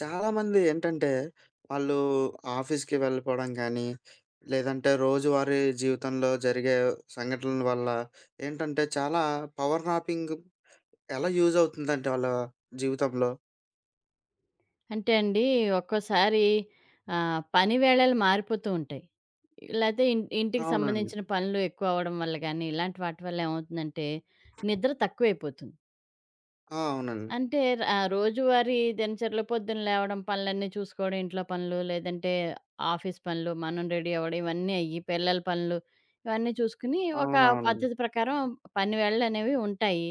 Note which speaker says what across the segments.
Speaker 1: చాలామంది ఏంటంటే, వాళ్ళు ఆఫీస్‌కి వెళ్ళిపోవడం గానీ, లేదంటే రోజువారీ జీవితంలో జరిగే సంఘటనల వల్ల ఏంటంటే, చాలా పవర్ నాపింగ్ ఎలా యూజ్ అవుతుందంటే వాళ్ళ జీవితంలో?
Speaker 2: అంటే అండి, ఒక్కోసారి పని వేళలు మారిపోతూ ఉంటాయి. లేతే ఇంటికి
Speaker 1: అవునండి.
Speaker 2: సంబంధించిన పనులు ఎక్కువ అవ్వడం వల్ల గానీ, ఇలాంటి వాటి వల్ల ఏమవుతుందంటే, నిద్ర తక్కువైపోతుంది.
Speaker 1: ఆ, అవునండి.
Speaker 2: అంటే ఆ రోజువారీ దినచర్యలో పొద్దున లేవడం, పనులన్నీ చూసుకోవడం, ఇంట్లో పనులు, లేదంటే ఆఫీస్ పనులు, మనం రెడీ అవ్వడం, ఇవన్నీ అయ్యి, పిల్లల పనులు, ఇవన్నీ చూసుకుని ఒక
Speaker 1: అవునవునండి.
Speaker 2: పద్ధతి ప్రకారం పని వేళలనేవి ఉంటాయి.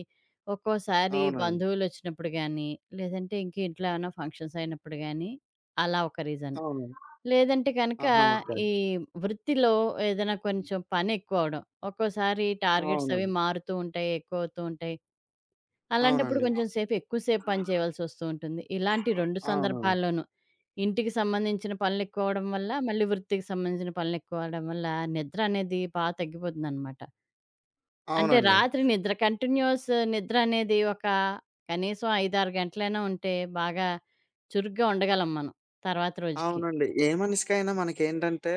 Speaker 2: ఒక్కోసారి
Speaker 1: అవునండి.
Speaker 2: బంధువులొచ్చినప్పుడు గానీ, లేదంటే ఇంక ఇంట్లో ఏమైనా ఫంక్షన్స్ అయినప్పుడు గానీ, అలా ఒక రీజన్.
Speaker 1: అవును.
Speaker 2: లేదంటే గనక
Speaker 1: ఆహా, ఓకే.
Speaker 2: ఈ వృత్తిలో ఏదైనా కొంచెం పని ఎక్కువవడం. ఒక్కోసారి టార్గెట్స్ అవి
Speaker 1: అవునండి.
Speaker 2: మారుతూ ఉంటాయి, ఎక్కువవుతూ ఉంటాయి. అలాంటప్పుడు
Speaker 1: అవునండి.
Speaker 2: కొంచెం సేపు ఎక్కువ సేపు పని చేయవలసొస్తూ ఉంటుంది. ఇలాంటి 2
Speaker 1: అవునవును.
Speaker 2: సందర్భాల్లోనూ ఇంటికి సంబంధించిన పనులెక్కువ అవ్వడం వల్ల, మళ్ళీ వృత్తికి సంబంధించిన పనులెక్కువ అవ్వడం వల్ల నిద్ర అనేది బా తగ్గిపోతుందనమాట. అంటే
Speaker 1: అవునండి.
Speaker 2: రాత్రి నిద్ర కంటిన్యూయస్ నిద్ర అనేది ఒక కనీసం 5, 6 గంటలైనా ఉంటే బాగా చురుగ్గా ఉండగలం మనం తర్వాత రోజుకి.
Speaker 1: అవునండి. ఏ మనిషికైనా మనకేంటంటే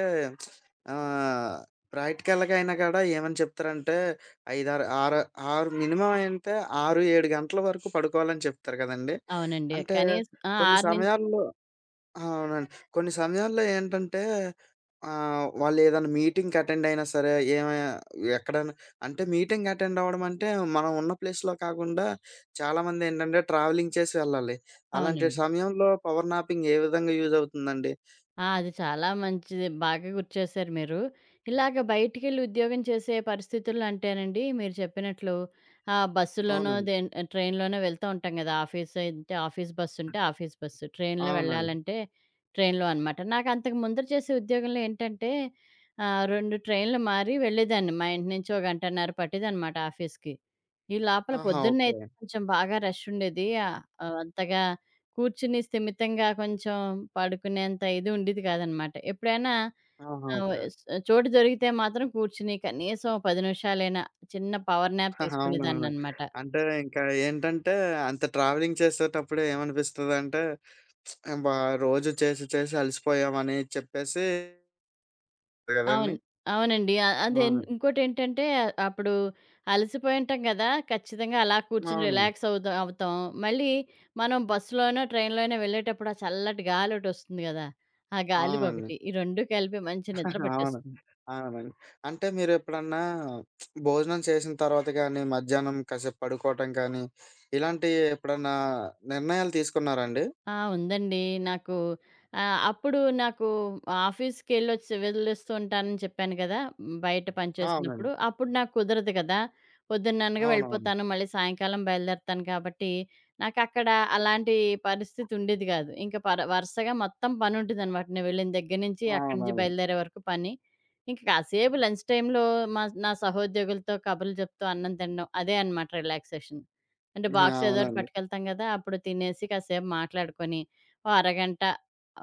Speaker 1: ఆహ్, ప్రాక్టికల్‌గా అయినా కూడా ఏమని చెప్తారంటే 5, 6 ఆరు 6 మినిమమ్ అంటే 6, 7 గంటల వరకు పడుకోవాలని చెప్తారు కదండీ!
Speaker 2: అవునండి.
Speaker 1: అంటే
Speaker 2: కనీసం ఆ!
Speaker 1: కొన్ని
Speaker 2: 6 నుంచి
Speaker 1: సమయాల్లో, అవునండి, కొన్ని సమయాల్లో ఏంటంటే వాళ్ళేదైనా మీటింగ్‌కి అటెండ్ అయినా సరే ఏమి ఎక్కడైనా, అంటే మీటింగ్ అటెండ్ అవ్వడం అంటే మనం ఉన్న ప్లేస్‌లో కాకుండా చాలామందేంటంటే ట్రావెలింగ్ చేసి వెళ్ళాలి. అలాంటి
Speaker 2: అవునండి.
Speaker 1: సమయంలో పవర్ నాపింగ్ ఏ విధంగా యూజ్ అవుతుందండి?
Speaker 2: ఆ! అది చాలా మంచిది. బాగా గుర్తు చేశారు మీరు. ఇలాగ బయటికెళ్ళి ఉద్యోగం చేసే పరిస్థితుల్లో అంటేనండి, మీరు చెప్పినట్లు బస్సులోనో,
Speaker 1: అవునండి.
Speaker 2: ట్రైన్‌లోనో వెళ్తూ ఉంటాం కదా! ఆఫీస్ అయితే ఆఫీస్ బస్సు ఉంటే ఆఫీస్ బస్సు, ట్రైన్‌లో
Speaker 1: అవునండి.
Speaker 2: వెళ్ళాలంటే ట్రైన్‌లో అనమాట. నాకు అంతకు ముందర చేసే ఉద్యోగంలో ఏంటంటే 2 ట్రైన్‌లు మారి వెళ్ళేదాన్ని. మా ఇంటి నుంచి ఓ గంటన్నర పట్టేదనమాట ఆఫీస్‌కి. ఈ లోపల
Speaker 1: ఆహా,
Speaker 2: పొద్దున్నే
Speaker 1: ఓకే.
Speaker 2: అయితే కొంచెం బాగా రష్ ఉండేది. అంతగా కూర్చుని స్థిమితంగా కొంచెం పడుకునేంత ఇది ఉండేది కాదనమాట. ఎప్పుడైనా
Speaker 1: ఆహా,
Speaker 2: ఆహ్,
Speaker 1: ఓకే.
Speaker 2: స్ చోటు దొరికితే మాత్రం కూర్చుని కనీసం ఓ 10 నిమిషాలైనా చిన్న పవర్ న్యాప్
Speaker 1: అవునవును.
Speaker 2: తీసుకునేదాన్ననమాట.
Speaker 1: అంటే ఇంకా ఏంటంటే అంత ట్రావెలింగ్ చేసేటప్పుడు ఏమనిపిస్తదంటే బా రోజు చేసి చేసి అలసిపోయామని చెప్పేసి కదండీ!
Speaker 2: అవును. అవునండి. అదే
Speaker 1: అవును.
Speaker 2: ఇంకోటేంటంటే అప్పుడు అలసిపోయి ఉంటాం గదా! ఖచ్చితంగా అలా కూర్చొని
Speaker 1: అవునండి.
Speaker 2: రిలాక్స్ అవుదా అవుతాం. మళ్ళీ మనం బస్సులోనో, ట్రైన్‌లోనో వెళ్ళేటప్పుడు ఆ చల్లటి గాలోటొస్తుంది గదా! ఆ
Speaker 1: అవునండి.
Speaker 2: గాలికొకటి. ఈ 2 కలిపి మంచి నిద్ర
Speaker 1: అవును.
Speaker 2: పట్టేస్తుంది.
Speaker 1: అవునండి. అంటే మీరెప్పుడన్నా భోజనం చేసిన తర్వాత గాని, మధ్యాహ్నం కాసేపు పడుకోవటం కానీ, ఇలాంటి ఎప్పుడన్నా నిర్ణయాలు తీసుకున్నారా అండి?
Speaker 2: ఆ! ఉందండి. నాకు అప్పుడు నాకు ఆఫీస్‌కెళ్ళొచ్చి వెళ్ళొస్తూ ఉంటానని చెప్పాను కదా! బయట పనిచేసినప్పుడు.
Speaker 1: అవునండి.
Speaker 2: అప్పుడు నాకు కుదరదు కదా! పొద్దున్న అనగా
Speaker 1: అవునవును.
Speaker 2: వెళ్ళిపోతాను. మళ్ళీ సాయంకాలం బయలుదేరతాను కాబట్టి, నాకక్కడ అలాంటి పరిస్థితి ఉండేది కాదు. ఇంక వరుసగా మొత్తం పనుంటదనమాట. నేను వెళ్ళిన దగ్గర నుంచి, అక్కడి నుంచి
Speaker 1: అవునవును.
Speaker 2: బయలుదేరే వరకు పని. ఇంక కాసేపు లంచ్ టైమ్‌లో నా సహోద్యోగులతో కబుర్లు చెప్తూ అన్నం తినడం. అదే అనమాట రిలాక్సేషన్. అంటే బాక్స్ ఏదోటి
Speaker 1: అవునండి.
Speaker 2: పట్టుకెళ్తాం గదా! అప్పుడు తినేసి కాసేపు మాట్లాడుకొని, ఓ అరగంట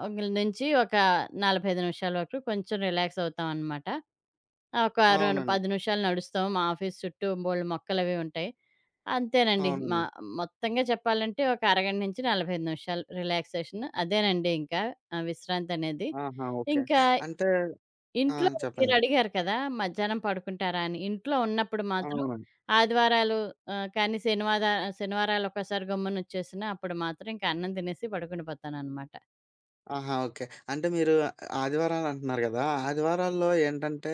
Speaker 2: నుంచి ఒక 45 నిమిషాల వరకు కొంచెం రిలాక్స్ అవుతామనమాట. ఒక రెండు
Speaker 1: అవునండి.
Speaker 2: 10 నిమిషాలు నడుస్తాం. మా ఆఫీస్ చుట్టూ బోలెడు మొక్కలవి ఉంటాయి. అంతేనండి.
Speaker 1: అవునండి.
Speaker 2: మొత్తంగా చెప్పాలంటే ఒక అరగంట నుంచి 45 నిమిషాలు రిలాక్సేషన్ అదేనండి ఇంకా విశ్రాంతనేది.
Speaker 1: ఆహా, ఓకే.
Speaker 2: ఇంకా
Speaker 1: అంటే ఆ,
Speaker 2: ఇంట్లో
Speaker 1: చెప్పండి.
Speaker 2: మీరడిగారు కదా! మధ్యాహ్నం పడుకుంటారా అని. ఇంట్లో ఉన్నప్పుడు మాత్రం
Speaker 1: అవునండి.
Speaker 2: ఆదివారాలు ఆహ్, కానీ శనివాద శనివారాలొకసారి గమ్మునొచ్చేసినా అప్పుడు మాత్రం ఇంక అన్నం తినేసి పడుకుని పోతాననమాట.
Speaker 1: ఆహా, ఓకే. అంటే మీరు ఆదివారాలంటున్నారు గదా! ఆదివారాల్లో ఏంటంటే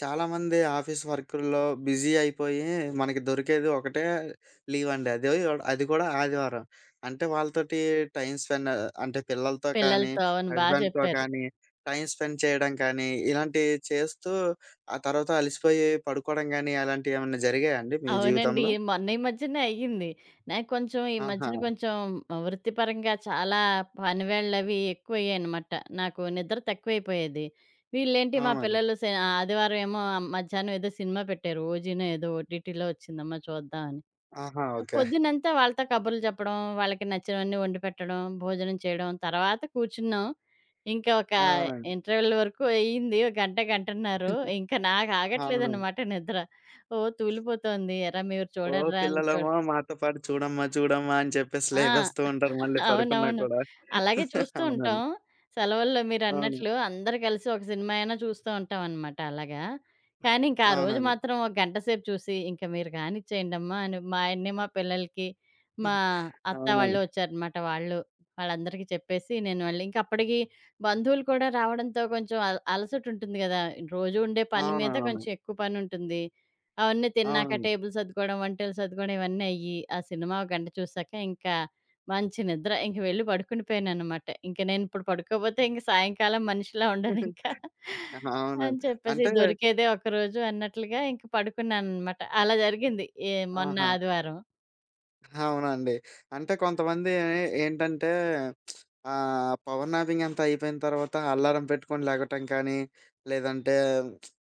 Speaker 1: చాలామంది ఆఫీస్ వర్కుల్లో బిజీ అయిపోయి మనకి దొరికేది ఒకటే లీవండి. అది అది కూడా ఆదివారం. అంటే వాళ్ళతోటి టైమ్ స్పెండ్, అంటే పిల్లలతో కానీ,
Speaker 2: పిల్లలతో అవును. బా
Speaker 1: హస్బెండ్‌తో
Speaker 2: చెప్పారు.
Speaker 1: కానీ టైమ్ స్పెండ్ చేయడం కానీ, ఇలాంటివి చేస్తూ ఆ తర్వాత అలిసిపోయి పడుకోవడం గానీ అలాంటియేమన్నా జరిగాయా అండి మీ
Speaker 2: అవునండి.
Speaker 1: జీవితంలో?
Speaker 2: ఈ మధ్యనే అయ్యింది. నాకు కొంచెం ఈ
Speaker 1: ఆహా,
Speaker 2: మధ్యన కొంచెం వృత్తిపరంగా చాలా పనివేళ్ళవి ఎక్కువయ్యాయనమాట. నాకు నిద్ర తక్కువైపోయేది. వీళ్ళేంటి మా
Speaker 1: అవునండి.
Speaker 2: పిల్లలు శ ఆదివారం ఏమో మధ్యాహ్నం ఏదో సినిమా పెట్టారు. 'ఓజినో' ఏదో ఓటీటీలో వచ్చిందమ్మా చూద్దాం అని.
Speaker 1: ఆహా, ఓకే.
Speaker 2: పొద్దునంతా వాళ్ళతో కబుర్లు చెప్పడం, వాళ్ళకి నచ్చినవన్నీ వండిపెట్టడం, భోజనం చేయడం. తర్వాత కూర్చున్నాం. ఇంకా ఒక
Speaker 1: అవునండి.
Speaker 2: ఇంటర్వెల్ వరకు అయింది. ఒక గంట, గంటన్నర. ఇంకా నాకు
Speaker 1: అవునండి.
Speaker 2: ఆగట్లేదనమాట నిద్ర. ఓ తూలిపోతోంది. "ఎరా మీరు
Speaker 1: "ఓ
Speaker 2: చూడర్రా" అని చూడ
Speaker 1: పిల్లలేమో మాతో పాటు చూడమ్మా, చూడమ్మా" అని చెప్పేసి
Speaker 2: ఆ!
Speaker 1: లేవేస్తూ ఉంటారు మళ్ళీ పడుకున్నా
Speaker 2: అవునవును.
Speaker 1: కూడా.
Speaker 2: అలాగే చూస్తూ
Speaker 1: అవునండి.
Speaker 2: ఉంటాం. సెలవుల్లో
Speaker 1: అవును.
Speaker 2: మీరన్నట్లు అందరూ కలిసి ఒక సినిమా అయినా చూస్తూ ఉంటామనమాట అలాగా. కానీ ఇంకా ఆ రోజు
Speaker 1: అవునండి.
Speaker 2: మాత్రం ఒక గంట సేపు చూసి, "ఇంక మీరు కానిచ్చేయండమ్మా" అని మా ఆయన్ని, మా పిల్లలకి, మా అత్త వాళ్ళు
Speaker 1: అవునండి.
Speaker 2: వచ్చారనమాట. వాళ్ళందరికీ చెప్పేసి నేను మళ్ళీ ఇంకప్పటికి బంధువులు కూడా రావడంతో కొంచెం అలసటుంటుంది గదా! రోజు ఉండే పని మీద
Speaker 1: అవునవును.
Speaker 2: కొంచెం ఎక్కువ పనుంటుంది. అవన్నీ తిన్నాక
Speaker 1: అవునండి.
Speaker 2: టేబుల్ సర్దుకోవడం, వంటలు సర్దుకోవడం ఇవన్నీ అయ్యి, ఆ సినిమా ఒక గంట చూసాక ఇంకా మంచి నిద్ర. ఇంక వెళ్లి పడుకుండిపోయాననమాట. ఇంక నేనిప్పుడు పడుకోపోతే ఇంక సాయంకాలం మనిషిలా ఉండనింకా
Speaker 1: అవునండి.
Speaker 2: అని చెప్పేసి
Speaker 1: అంటే
Speaker 2: దొరికేదే ఒకరోజు అన్నట్లుగా ఇంక పడుకున్నాననమాట. అలా జరిగింది. ఏ మొన్న
Speaker 1: ఆహా,
Speaker 2: ఆదివారం.
Speaker 1: అవునండి. అంటే కొంతమంది ఏంటంటే పవర్ నాపింగ్ అంతా అయిపోయిన తర్వాత అలారం పెట్టుకొని లెగటం కానీ, లేదంటే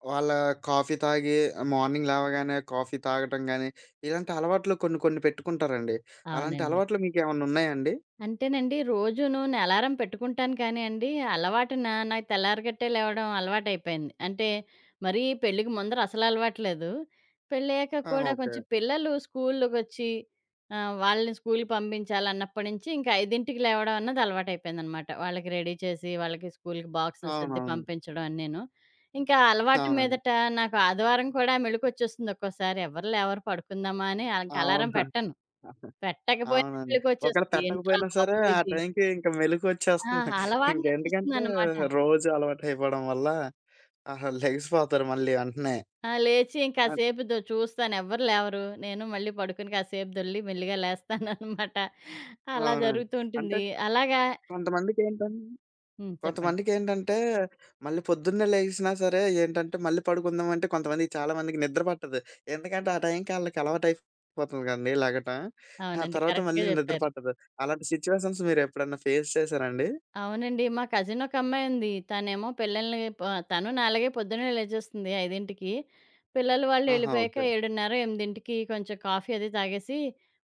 Speaker 1: వాళ్ళ కాఫీ తాగి మార్నింగ్ లేవగానే కాఫీ తాగటం గానీ, ఇలాంటి అలవాట్లు కొన్ని కొన్ని పెట్టుకుంటారండి. అలాంటి
Speaker 2: అవునండి.
Speaker 1: అలవాట్లు మీకేమన్నా ఉన్నాయండి?
Speaker 2: అంటేనండి, రోజును నేను అలారం పెట్టుకుంటాను కానీ అండి, అలవాటున నాకు తెల్లారగట్టే లేవడం అలవాటయిపోయింది. అంటే, మరీ పెళ్ళికి ముందర అసలు అలవాటు లేదు. పెళ్ళయ్యాక
Speaker 1: ఆ,
Speaker 2: కూడా
Speaker 1: ఓకే.
Speaker 2: కొంచెం పిల్లలు స్కూల్‌కొచ్చి వాళ్ళని స్కూల్‌కి పంపించాలన్నప్పటి నుంచి ఇంకా 5కి లేవడం అన్నది అలవాటయిపోయిందనమాట. వాళ్ళకి రెడీ చేసి, వాళ్ళకి స్కూల్‌కి బాక్సులు సర్ది
Speaker 1: అవునవును.
Speaker 2: పంపించడం అన్నీను. ఇంకా అలవాటు
Speaker 1: అవునండి.
Speaker 2: మీదట నాకు ఆదివారం కూడా మెలుకువొచ్చేస్తుంది ఒక్కోసారి. ఎవరు లేవరు పడుకుందామా అని ఇంక అలారం
Speaker 1: అవునా!
Speaker 2: పెట్టను. పెట్టకపోయినా
Speaker 1: అవునండి. ఒకవేళ
Speaker 2: పెళ్ళికొచ్చేస్తుంది. ఏంట్రా
Speaker 1: పెట్టకపోయినా సరే
Speaker 2: బాబు
Speaker 1: ఆ
Speaker 2: ఇది!
Speaker 1: టైంకి ఇంక
Speaker 2: ఆ!
Speaker 1: మెలుకువొచ్చేస్తుంది. ఇంక ఎందుకంటే
Speaker 2: అలవాటునొచ్చేస్తుందన్నమాట.
Speaker 1: రోజు అలవాటయిపోవడం వల్ల ఆహా, లెగిసిపోతారు మళ్ళీ వెంటనే.
Speaker 2: ఆ! లేచి ఇంక
Speaker 1: అన్
Speaker 2: కాసేపు దో చూస్తాను ఎవ్వరు లేవరు. నేను మళ్ళీ పడుకొని కాసేపు దొర్లి మెల్లిగా లేస్తాననమాట. అలా
Speaker 1: అవునండి.
Speaker 2: జరుగుతూ
Speaker 1: అంటే
Speaker 2: ఉంటుంది. అలాగా
Speaker 1: కొంతమందికేంటం
Speaker 2: చెప్పండి.
Speaker 1: కొంతమందికేంటంటే మళ్ళీ పొద్దున్నే లెగిసినా సరే ఏంటంటే మళ్ళీ పడుకుందామంటే కొంతమందికి చాలా మందికి నిద్ర పట్టదు. ఎందుకంటే ఆ టైంకి ఆళ్ళకి అలవాటయిపోతుంది కదండీ లెగటం. ఆ
Speaker 2: అవునండి.
Speaker 1: తర్వాత
Speaker 2: కరెక్ట్‌గా
Speaker 1: మళ్ళీ నిద్ర
Speaker 2: చెప్పారు.
Speaker 1: పట్టదు. అలాంటి సిట్యుయేషన్స్ మీరెప్పుడన్నా ఫేస్ చేసారండి?
Speaker 2: అవునండి. మా కజిన్ ఒక అమ్మాయుంది. తనేమో పిల్లల్ని ప తను నాలాగే పొద్దున్నే లేచేస్తుంది 5కి. పిల్లలు వాళ్ళు
Speaker 1: ఆహా,
Speaker 2: ఎళ్ళిపోయాక
Speaker 1: ఓకే.
Speaker 2: 7:30, 8కి కొంచెం కాఫీ అది తాగేసి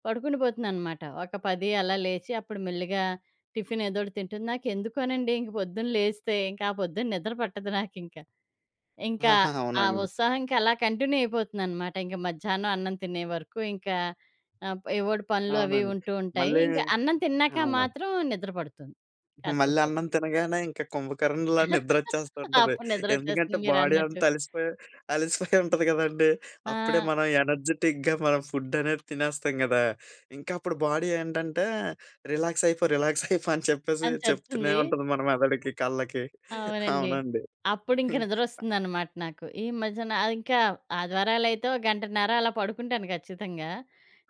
Speaker 2: పడుకుని పోతుందనమాట. ఒక 10 అలా లేచి అప్పుడు మెల్లిగా టిఫిన్ ఏదోటి తింటుంది. నాకెందుకోనండి ఇంక పొద్దున్న లేస్తే ఇంకా ఆ పొద్దున్న నిద్ర పట్టదు నాకింక. ఇంకా ఇంకా
Speaker 1: ఆహా,
Speaker 2: ఆ
Speaker 1: అవునండి.
Speaker 2: ఉత్సాహం ఇంక అలా కంటిన్యూ అయిపోతుందనమాట. ఇంక మధ్యాహ్నం అన్నం తినే వరకు ఇంకా ఏవోటి పనులు అవి
Speaker 1: అవునండి.
Speaker 2: ఉంటూ ఉంటాయి.
Speaker 1: మళ్ళీ
Speaker 2: ఇంక అన్నం తిన్నాక
Speaker 1: అవును.
Speaker 2: మాత్రం నిద్ర పడుతుంది
Speaker 1: మళ్ళీ
Speaker 2: కాసేపు.
Speaker 1: అన్నం తినగానే ఇంక కుంభకర్ణంలా నిద్రొచ్చేస్తుంటది.
Speaker 2: అప్పుడు
Speaker 1: ఎందుకంటే
Speaker 2: నిద్రొచ్చేస్తుంది
Speaker 1: బాడీ అంతా
Speaker 2: మీరన్నట్టు.
Speaker 1: అలిసిపోయి అలిసిపోయి ఉంటది గదండీ. అప్పుడే
Speaker 2: ఆ!
Speaker 1: మనం ఎనర్జిటిక్‌గా మనం ఫుడ్ అనేది తినేస్తాం గదా! ఇంకా అప్పుడు బాడీ ఏంటంటే రిలాక్స్ అయిపో, రిలాక్స్ అయిపో అని చెప్పేసి
Speaker 2: అని
Speaker 1: చెప్తూనే
Speaker 2: చెప్తుంది.
Speaker 1: ఉంటది మన మెదడుకి, కళ్ళకి.
Speaker 2: అవునండి.
Speaker 1: అవునండి.
Speaker 2: అప్పుడింక నిద్రొస్తుందనమాట నాకు. ఈ మధ్యన ఇంకా ఆదివారాలైతే ఓ గంటన్నర అలా పడుకుంటాను ఖచ్చితంగా.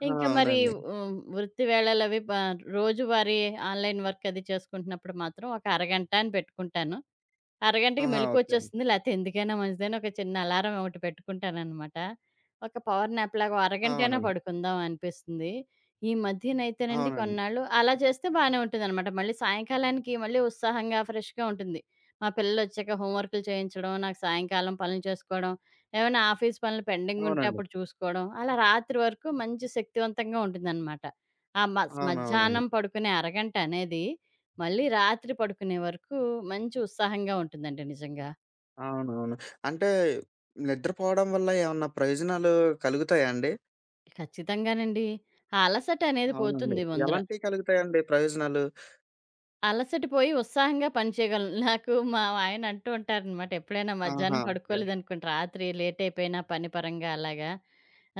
Speaker 1: ఆ,
Speaker 2: ఇంకా మరి
Speaker 1: అవునండి.
Speaker 2: హ్మ్, వృత్తి వేళలవి ప రోజువారీ ఆన్‌లైన్ వర్క్ అది చేసుకుంటున్నప్పుడు మాత్రం ఒక అరగంట అని పెట్టుకుంటాను. అరగంటకి
Speaker 1: ఆహా, ఓకే అండి.
Speaker 2: మెలుకువొచ్చేస్తుంది. లేతే ఎందుకైనా మంచిదని ఒక చిన్న అలారం ఒకటి పెట్టుకుంటాననమాట. ఒక పవర్ నాప్‌లాగా ఓ అరగంటైనా
Speaker 1: అవునండి.
Speaker 2: పడుకుందాం అనిపిస్తుంది. ఈ మధ్యనైతేనండి
Speaker 1: అవునండి.
Speaker 2: కొన్నాళ్ళు అలా చేస్తే బానే ఉంటుందనమాట. మళ్ళీ సాయంకాలానికి మళ్ళీ ఉత్సాహంగా, ఫ్రెష్‌గా ఉంటుంది. మా పిల్లలొచ్చాక హోమ్ వర్కులు చేయించడం, నాకు సాయంకాలం పనులు చేసుకోవడం, ఏమైనా ఆఫీస్ పనులు పెండింగుంటే
Speaker 1: అవునండి.
Speaker 2: అప్పుడు చూసుకోవడం, అలా రాత్రి వరకు మంచి శక్తివంతంగా ఉంటుందనమాట. ఆ మస్
Speaker 1: అవునవునండి.
Speaker 2: మధ్యాహ్నం పడుకునే అరగంటనేది మళ్ళీ రాత్రి పడుకునే వరకు మంచి ఉత్సాహంగా ఉంటుందండి నిజంగా.
Speaker 1: అవునవును. అంటే నిద్రపోవడం వల్ల ఏమన్నా ప్రయోజనాలు కలుగుతాయా అండి?
Speaker 2: ఖచ్చితంగానండి. ఆ అలసట అనేది
Speaker 1: అవునండి.
Speaker 2: పోతుంది ముందర.
Speaker 1: ఎలాంటియి కలుగుతాయండి ప్రయోజనాలు?
Speaker 2: అలసటిపోయి ఉత్సాహంగా పని చేయగలను. నాకు మా ఆయన అంటూ ఉంటారనమాట. ఎప్పుడైనా
Speaker 1: ఆహా,
Speaker 2: మధ్యాహ్నం
Speaker 1: యాహ్!
Speaker 2: పడుకోలేదనుకోండి, రాత్రి లేట్ అయిపోయినా పని పరంగా అలాగా,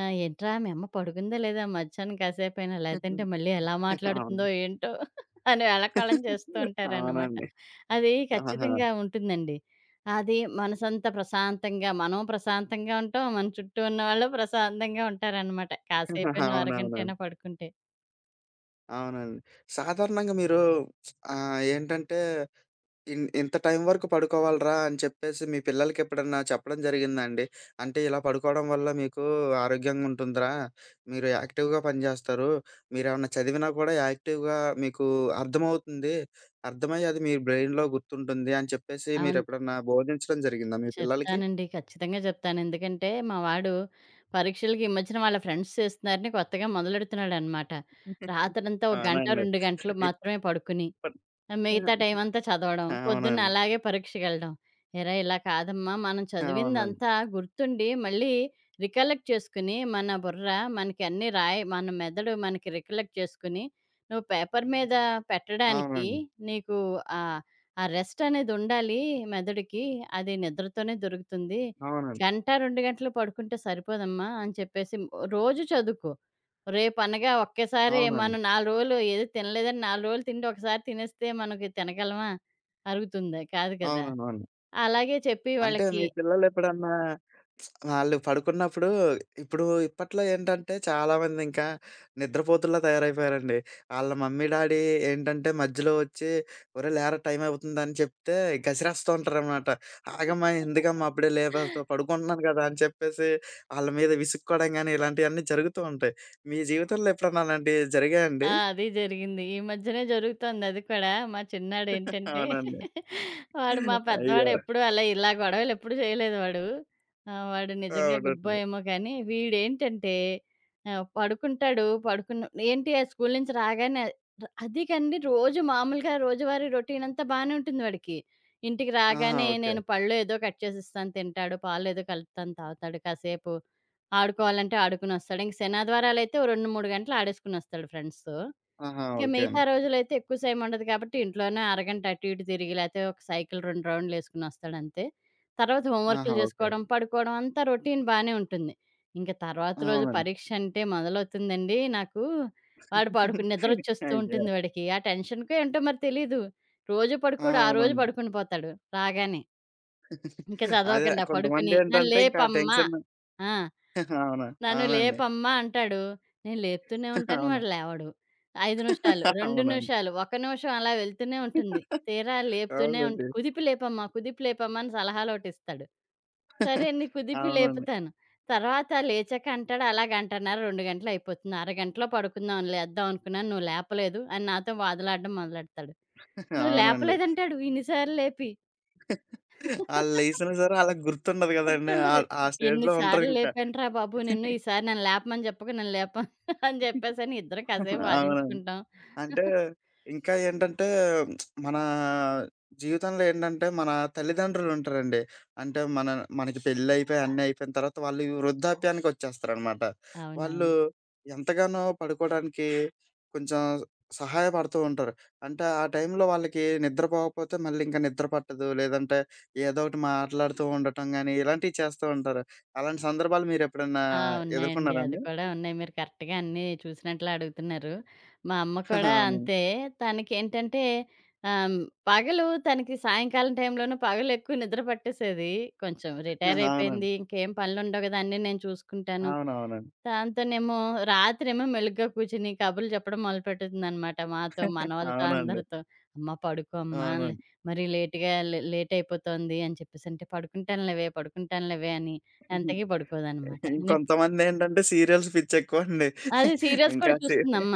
Speaker 2: "ఏంట్రా మీ అమ్మ పడుకుందా లేదా మధ్యాహ్నం కాసేపైనా? లేదంటే మళ్ళీ ఎలా
Speaker 1: అవును.
Speaker 2: మాట్లాడుతుందో ఏంటో" అని వేళాకోళం చేస్తూ ఉంటారనమాట.
Speaker 1: అవునండి.
Speaker 2: అది
Speaker 1: ఆహా!
Speaker 2: ఖచ్చితంగా ఉంటుందండి. అది మనసంతా ప్రశాంతంగా, మనం ప్రశాంతంగా ఉంటాం. మన చుట్టూ ఉన్నవాళ్ళు ప్రశాంతంగా ఉంటారనమాట. కాసేపైనా,
Speaker 1: అవునవునండి.
Speaker 2: అరగంటైనా పడుకుంటే.
Speaker 1: అవునండి. సాధారణంగా మీరు ఏంటంటే ఇంత టైం వరకు పడుకోవాలిరా అని చెప్పేసి మీ పిల్లలకెప్పుడన్నా చెప్పడం జరిగిందా అండి? అంటే ఇలా పడుకోవడం వల్ల మీకు ఆరోగ్యంగుంటుందిరా, మీరు యాక్టివ్‌గా పనిజేస్తారు, మీరేమన్నా చదివినా కూడా యాక్టివ్‌గా మీకు అర్థమవుతుంది. అర్థమయ్యి అది మీ బ్రెయిన్‌లో గుర్తుంటుంది అని చెప్పేసి
Speaker 2: అవును.
Speaker 1: మీరెప్పుడన్నా బోధించడం జరిగిందా మీ పిల్లలకి?
Speaker 2: చెప్తానండి. ఖచ్చితంగా జెప్తాను. ఎందుకంటే, మా వాడు పరీక్షలకి ఈ మధ్యన వాళ్ళ ఫ్రెండ్స్ చేస్తున్నారని కొత్తగా మొదలెడుతున్నాడనమాట. రాత్రంతా ఒక గంట,
Speaker 1: అవునండి.
Speaker 2: 2 గంటలు మాత్రమే పడుకుని,
Speaker 1: ఇప్పట్
Speaker 2: ఆ! మిగతా
Speaker 1: ఆ,
Speaker 2: టైమంతా చదవడం. పొద్దున్న
Speaker 1: అవునండి.
Speaker 2: అలాగే పరీక్షకెళ్ళడం. "ఎరా! ఇలా కాదమ్మా మనం
Speaker 1: అవునండి.
Speaker 2: చదివిందంతా గుర్తుండి, మళ్ళీ రికలెక్ట్ చేసుకుని, మన బుర్ర మనకి అన్నీ రాయి మన మెదడు మనకి రికలెక్ట్ చేసుకుని, నువ్వు పేపర్ మీద పెట్టడానికి
Speaker 1: అవునండి.
Speaker 2: నీకు ఆహ్, ఆ రెస్ట్ అనేది ఉండాలి మెదడుకి. అది నిద్రతోనే దొరుకుతుంది.
Speaker 1: అవునండి.
Speaker 2: గంట, 2 గంటలు పడుకుంటే సరిపోదమ్మా" అని చెప్పేసి రోజు చదువుకో. రేపనగా ఒక్కేసారి
Speaker 1: అవునండి.
Speaker 2: మనం 4 రోజులు ఏది తినలేదని 4 రోజులు తిండి ఒకసారి తినేస్తే మనకి తినగలమా? అరుగుతుందా? కాదు కదా!
Speaker 1: అవునవును.
Speaker 2: అలాగే చెప్పి
Speaker 1: అంటే
Speaker 2: వాళ్ళకి
Speaker 1: మీ పిల్లలెప్పుడన్నా వాళ్ళు పడుకున్నప్పుడు ఇప్పుడు ఇప్పట్లో ఏంటంటే చాలామంది ఇంకా నిద్రపోతుల్లా తయారైపోయారండి. ఆళ్ళ మమ్మీ, డాడీ ఏంటంటే మధ్యలో వచ్చి "ఒరేయ్ లేరా టైం అవుతుందని" చెప్తే గసిరేస్తూ ఉంటారనమాట. "ఆగమ్మా! ఎందుకమ్మా అప్పుడే లేపేస్తావు పడుకుంటున్నాను కదా!" అని చెప్పేసి ఆళ్ళ మీద విసుక్కోవడం గానీ ఇలాంటియన్నీ జరుగుతూ ఉంటాయి. మీ జీవితంలో ఎప్పుడన్నా అలాంటివి జరిగాయండి?
Speaker 2: ఆ! అది జరిగింది. ఈ మధ్యనే జరుగుతోంది అది కూడా. మా చిన్నాడేంటంటే
Speaker 1: అవునండి.
Speaker 2: వాడు మా
Speaker 1: అయ్యో!
Speaker 2: పెద్దవాడెప్పుడూ అలా ఇలా గొడవలెప్పుడు చేయలేదు వాడు. వాడు నిజంగా గుడ్
Speaker 1: అవునండి.
Speaker 2: బాయ్ ఏమో కానీ వీడేంటంటే పడుకుంటాడు. పడుకున్న ఏంటి ఆ స్కూలు నుంచి రాగానే ర అది కండి రోజు మామూలుగా రోజువారీ రొటీన్ అంతా బానే ఉంటుంది వాడికి. ఇంటికి
Speaker 1: ఆహా,
Speaker 2: రాగానే
Speaker 1: ఓకే.
Speaker 2: నేను పళ్ళు ఏదో కట్ చేసిస్తాను తింటాడు. పాలేదో కలుపుతాను తాగుతాడు. కాసేపు ఆడుకోవాలంటే ఆడుకునొస్తాడు. ఇంక శనివారాలైతే ఓ 2, 3 గంటలు ఆడేసుకొనొస్తాడు ఫ్రెండ్స్‌తో.
Speaker 1: ఆహా,
Speaker 2: ఇంక
Speaker 1: ఓకే
Speaker 2: మిగతా
Speaker 1: అండి.
Speaker 2: రోజులైతే ఎక్కువ సేం ఉండదు కాబట్టి ఇంట్లోనే అరగంట అటు ఇటు తిరిగి, లేతే ఒక సైకిల్ 2 రౌండ్‌లేసుకొనొస్తాడంతే. తర్వాత
Speaker 1: ఆహా,
Speaker 2: హోంవర్క్‌లు
Speaker 1: ఓకే.
Speaker 2: జేసుకోవడం, పడుకోవడం అంతా రొటీన్ బానే ఉంటుంది. ఇంక తర్వాత రోజు
Speaker 1: అవునండి.
Speaker 2: పరీక్షంటే మొదలవుతుందండి నాకు. వాడు పడుకు నిద్రొచ్చేస్తూ
Speaker 1: అయ్యో!
Speaker 2: ఉంటుంది వాడికి. ఆ టెన్షన్‌కో ఏంటో మరి తెలీదు. రోజు
Speaker 1: ఆ,
Speaker 2: పడుకోడు, ఆ రోజు
Speaker 1: అవునండి.
Speaker 2: పడుకుండిపోతాడు రాగానే. ఇంక
Speaker 1: అదే
Speaker 2: చదవకుండా పడుకుని, "నన్ను
Speaker 1: కొంతమందేంటంటే ఇంకా ఆ
Speaker 2: లేపమ్మా"
Speaker 1: టెన్షన్,
Speaker 2: ఆ!
Speaker 1: అవును,
Speaker 2: నన్ను
Speaker 1: అవునండి.
Speaker 2: లేపమ్మా అంటాడు. నేను లేపుతూనే ఉంటాను.
Speaker 1: అవును.
Speaker 2: వాడు లేవడు. 5 నిమిషాలు, 2
Speaker 1: అవునండి.
Speaker 2: నిమిషాలు, 1 నిమిషం అలా వెళ్తూనే ఉంటుంది. తీరా లేపుతూనే ఉంట్
Speaker 1: అవునండి.
Speaker 2: "కుదిపి లేపమ్మా, కుదిపి లేపమ్మా" అని సలహాలోటిస్తాడు. సరే అని కుదిపి
Speaker 1: అవునండి.
Speaker 2: లేపుతాను. తర్వాత లేచాక అంటాడు, "అలా గంటన్నర, 2 గంటలు అయిపోతుంది. అరగంటలో పడుకుందాం లేద్దాం అనుకున్నాను. నువ్వు లేపలేదు" అని నాతో వాదులాడడం మొదలెడతాడు. "నువ్వు
Speaker 1: అవునండి.
Speaker 2: లేపలేదంటాడు" ఇన్ని సార్లు లేపి.
Speaker 1: ఆళ్ళు లేసినా సరే ఆళ్ళకి గుర్తుండదు గదండీ! ఆ
Speaker 2: గుర్తుండదు.
Speaker 1: ఆ
Speaker 2: "ఎన్ని
Speaker 1: స్టేజ్‌లో
Speaker 2: సార్లు
Speaker 1: ఉంటారింకా.
Speaker 2: లేపానురా బాబు నిన్ను. ఈసారి నన్ను లేపమని చెప్పకు. నన్ను లేప" అని చెప్పేసని ఇద్దరం కాసేపు
Speaker 1: అవునండి.
Speaker 2: వాదించుకుంటాం.
Speaker 1: అంటే ఇంకా ఏంటంటే మన జీవితంలో ఏంటంటే మన తల్లిదండ్రులుంటారండి. అంటే మనకి పెళ్లయిపోయి అన్నీ అయిపోయిన తర్వాత వాళ్ళు ఈ వృద్ధాప్యానికొచ్చేస్తారనమాట. వాళ్ళు
Speaker 2: అవునవును.
Speaker 1: ఎంతగానో పడుకోడానికి కొంచెం సహాయపడుతూ ఉంటారు. అంటే ఆ టైంలో వాళ్ళకి నిద్ర పోకపోతే మళ్ళీ ఇంక నిద్ర పట్టదు. లేదంటే ఏదో ఒకటి మాట్లాడుతూ ఉండటం గానీ ఇలాంటివి చేస్తూ ఉంటారు. అలాంటి సందర్భాలు మీరెప్పుడన్నా
Speaker 2: ఆ! ఉన్నాయండి.
Speaker 1: ఎదుర్కొన్నారా
Speaker 2: అది
Speaker 1: అండి?
Speaker 2: కూడా ఉన్నాయి. మీరు కరెక్ట్‌గా అన్నీ చూసినట్లే అడుగుతున్నారు. మా అమ్మ కూడా
Speaker 1: అవునండి.
Speaker 2: అంతే. తనకేంటంటే ఆహ్, పగలు తనకి సాయంకాలం టైంలోనూ పగలెక్కువ నిద్ర పట్టేసేది. కొంచెం రిటైర్
Speaker 1: అవునండి.
Speaker 2: అయిపోయింది. ఇంకేం పనులుండవు కదా! అన్నీ నేను చూసుకుంటాను.
Speaker 1: అవునవునండి.
Speaker 2: దాంతోనేమో రాత్రేమో మెలుగ్గా కూర్చొని కబుర్లు చెప్పడం మొదలుపెడుతుందనమాట మాతో, మనవాళ్ళతో
Speaker 1: అవునండి.
Speaker 2: అందరితో. "అమ్మ పడుకో అమ్మ, లే
Speaker 1: అవునండి.
Speaker 2: మరీ లేట్ అయిపోతోంది" అని చెప్పేసంటే, "పడుకుంటానులేవే, పడుకుంటానులేవే" అని ఎంతకీ పడుకోదనమాట. నిప్
Speaker 1: ఇంకొంతమందేంటంటే సీరియల్స్ పిచ్చెక్కువండి.
Speaker 2: అది సీరియల్స్
Speaker 1: ఇంకా
Speaker 2: కూడా
Speaker 1: సీ
Speaker 2: చూస్తుందమ్మ.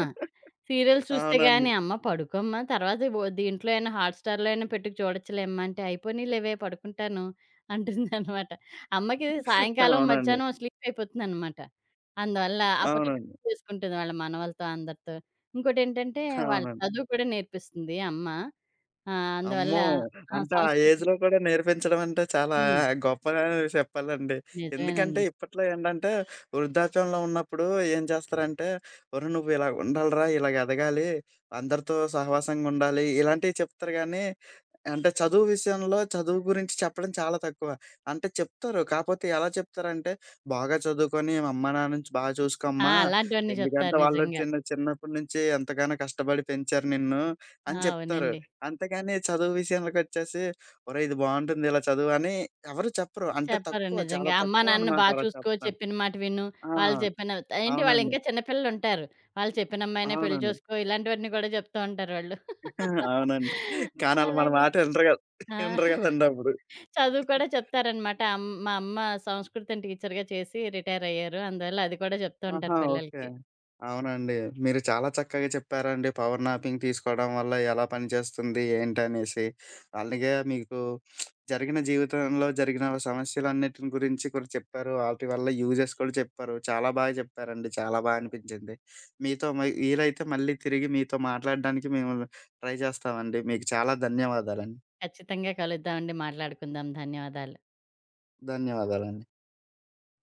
Speaker 2: సీరియల్స్ చూస్తే
Speaker 1: అవునండి.
Speaker 2: గాని, "అమ్మ పడుకోమ్మా తర్వాత వ దీంట్లో అయినా హాట్‌స్టార్‌లో అయినా పెట్టి చూడొచ్చులేమ్మా" అంటే, "అయిపోనీలేవే పడుకుంటాను" అంటుందనమాట. అమ్మకి సాయంకాలం,
Speaker 1: అవునండి.
Speaker 2: మధ్యాహ్నం స్లీప్ అయిపోతుందనమాట. అందువల్ల అప్పట్లో
Speaker 1: అవునండి.
Speaker 2: కబుర్లు చేసుకుంటుంది వాళ్ళ మనవలతో అందరితో. ఇంకోటేంటంటే వాళ్ళ
Speaker 1: అవునండి.
Speaker 2: చదువు కూడా నేర్పిస్తుంది అమ్మ. అందువల్ల
Speaker 1: అమ్మో!
Speaker 2: ఆ!
Speaker 1: అంటే ఆ
Speaker 2: సంస్కృతి
Speaker 1: ఏజ్‌లో కూడా నేర్పించడం అంటే చాలా
Speaker 2: హ్మ్.
Speaker 1: గొప్పగా చెప్పాలండి. ఎందుకంటే
Speaker 2: నిజమేనండి.
Speaker 1: ఇప్పట్లో ఏంటంటే వృద్ధాప్యంలో ఉన్నప్పుడు ఏం చేస్తారంటే, ఒరేయ్! నువ్వు ఇలా ఉండాలిరా, ఇలాగ ఎదగాలి, అందరితో సహవాసంగా ఉండాలి, ఇలాంటివి చెప్తారు గానీ, అంటే చదువు విషయంలో చదువు గురించి చెప్పడం చాలా తక్కువ. అంటే చెప్తారు. కాపోతే ఎలా చెప్తారంటే, "బాగా చదువుకొని అమ్మా, నాన్న నుంచి బాగా
Speaker 2: ఆ!
Speaker 1: చూసుకోమ్మా.
Speaker 2: అలాంటివన్నీ
Speaker 1: ఎందుకంటే
Speaker 2: చెప్తారు
Speaker 1: వాళ్ళు
Speaker 2: నిజంగా.
Speaker 1: చిన్న చిన్నప్పటి నుంచి ఎంతగానో కష్టపడి పెంచారు నిన్ను"
Speaker 2: ఆ!
Speaker 1: అని చెప్తారు.
Speaker 2: అవునండి.
Speaker 1: అంతేగాని చదువు విషయంలోకొచ్చేసి, "ఒరేయ్! ఇది బావుంటుంది ఇలా చదువు" అని ఎవరు చెప్పరు. అంటే
Speaker 2: చెప్పరు.
Speaker 1: తక్కువ, చాలా
Speaker 2: నిజంగా. అమ్మా,
Speaker 1: తక్కువ
Speaker 2: నాన్న
Speaker 1: అనమాట
Speaker 2: బా
Speaker 1: అలా
Speaker 2: చూసుకో,
Speaker 1: చెప్పడం.
Speaker 2: చెప్పిన మాట విను,
Speaker 1: ఆ,
Speaker 2: వాళ్ళు చెప్పిన ఏంటి
Speaker 1: అవునండి.
Speaker 2: వాళ్ళింకా చిన్న పిల్లలుంటారు. వాళ్ళు చెప్పిన అమ్మాయినే పెళ్లి
Speaker 1: అవునండి.
Speaker 2: చేసుకో, ఇలాంటివన్నీ గూడా చెప్తూ ఉంటారు వాళ్ళు.
Speaker 1: అవునండి. కానీ ఆళ్ళు మన
Speaker 2: అలాగా.
Speaker 1: మాట ఇనరు గదా!
Speaker 2: ఆ!
Speaker 1: ఇనరు గదండప్పుడు.
Speaker 2: చదువు కూడా చెప్తారనమాట. మా అమ్మ సంస్కృతం టీచర్‌గా చేసి రిటైరయ్యారు. అందువల్ల అది కూడా చెప్తూ
Speaker 1: ఆహా,
Speaker 2: ఉంటారు
Speaker 1: ఓకే.
Speaker 2: పిల్లలకి.
Speaker 1: అవునండి. మీరు చాలా చక్కగా చెప్పారండి. పవర్ నాపింగ్ తీసుకోవడం వల్ల ఎలా పనిచేస్తుంది, ఏంటనేసి. అలాగే మీకు జరిగిన జీవితంలో జరిగిన సమస్యలన్నిటిని గురించి కూడా చెప్పారు. ఆటి వల్ల యూజెస్ కూడా చెప్పారు. చాలా బాగా చెప్పారండి. చాలా బా అనిపించింది. మీతో మ వీలైతే మళ్ళీ తిరిగి మీతో మాట్లాడడానికి మేము ట్రై చేస్తామండి. మీకు చాలా ధన్యవాదాలండి.
Speaker 2: ఖచ్చితంగా కలుద్దామండి, మాట్లాడుకుందాం. ధన్యవాదాలు.
Speaker 1: ధన్యవాదాలండి.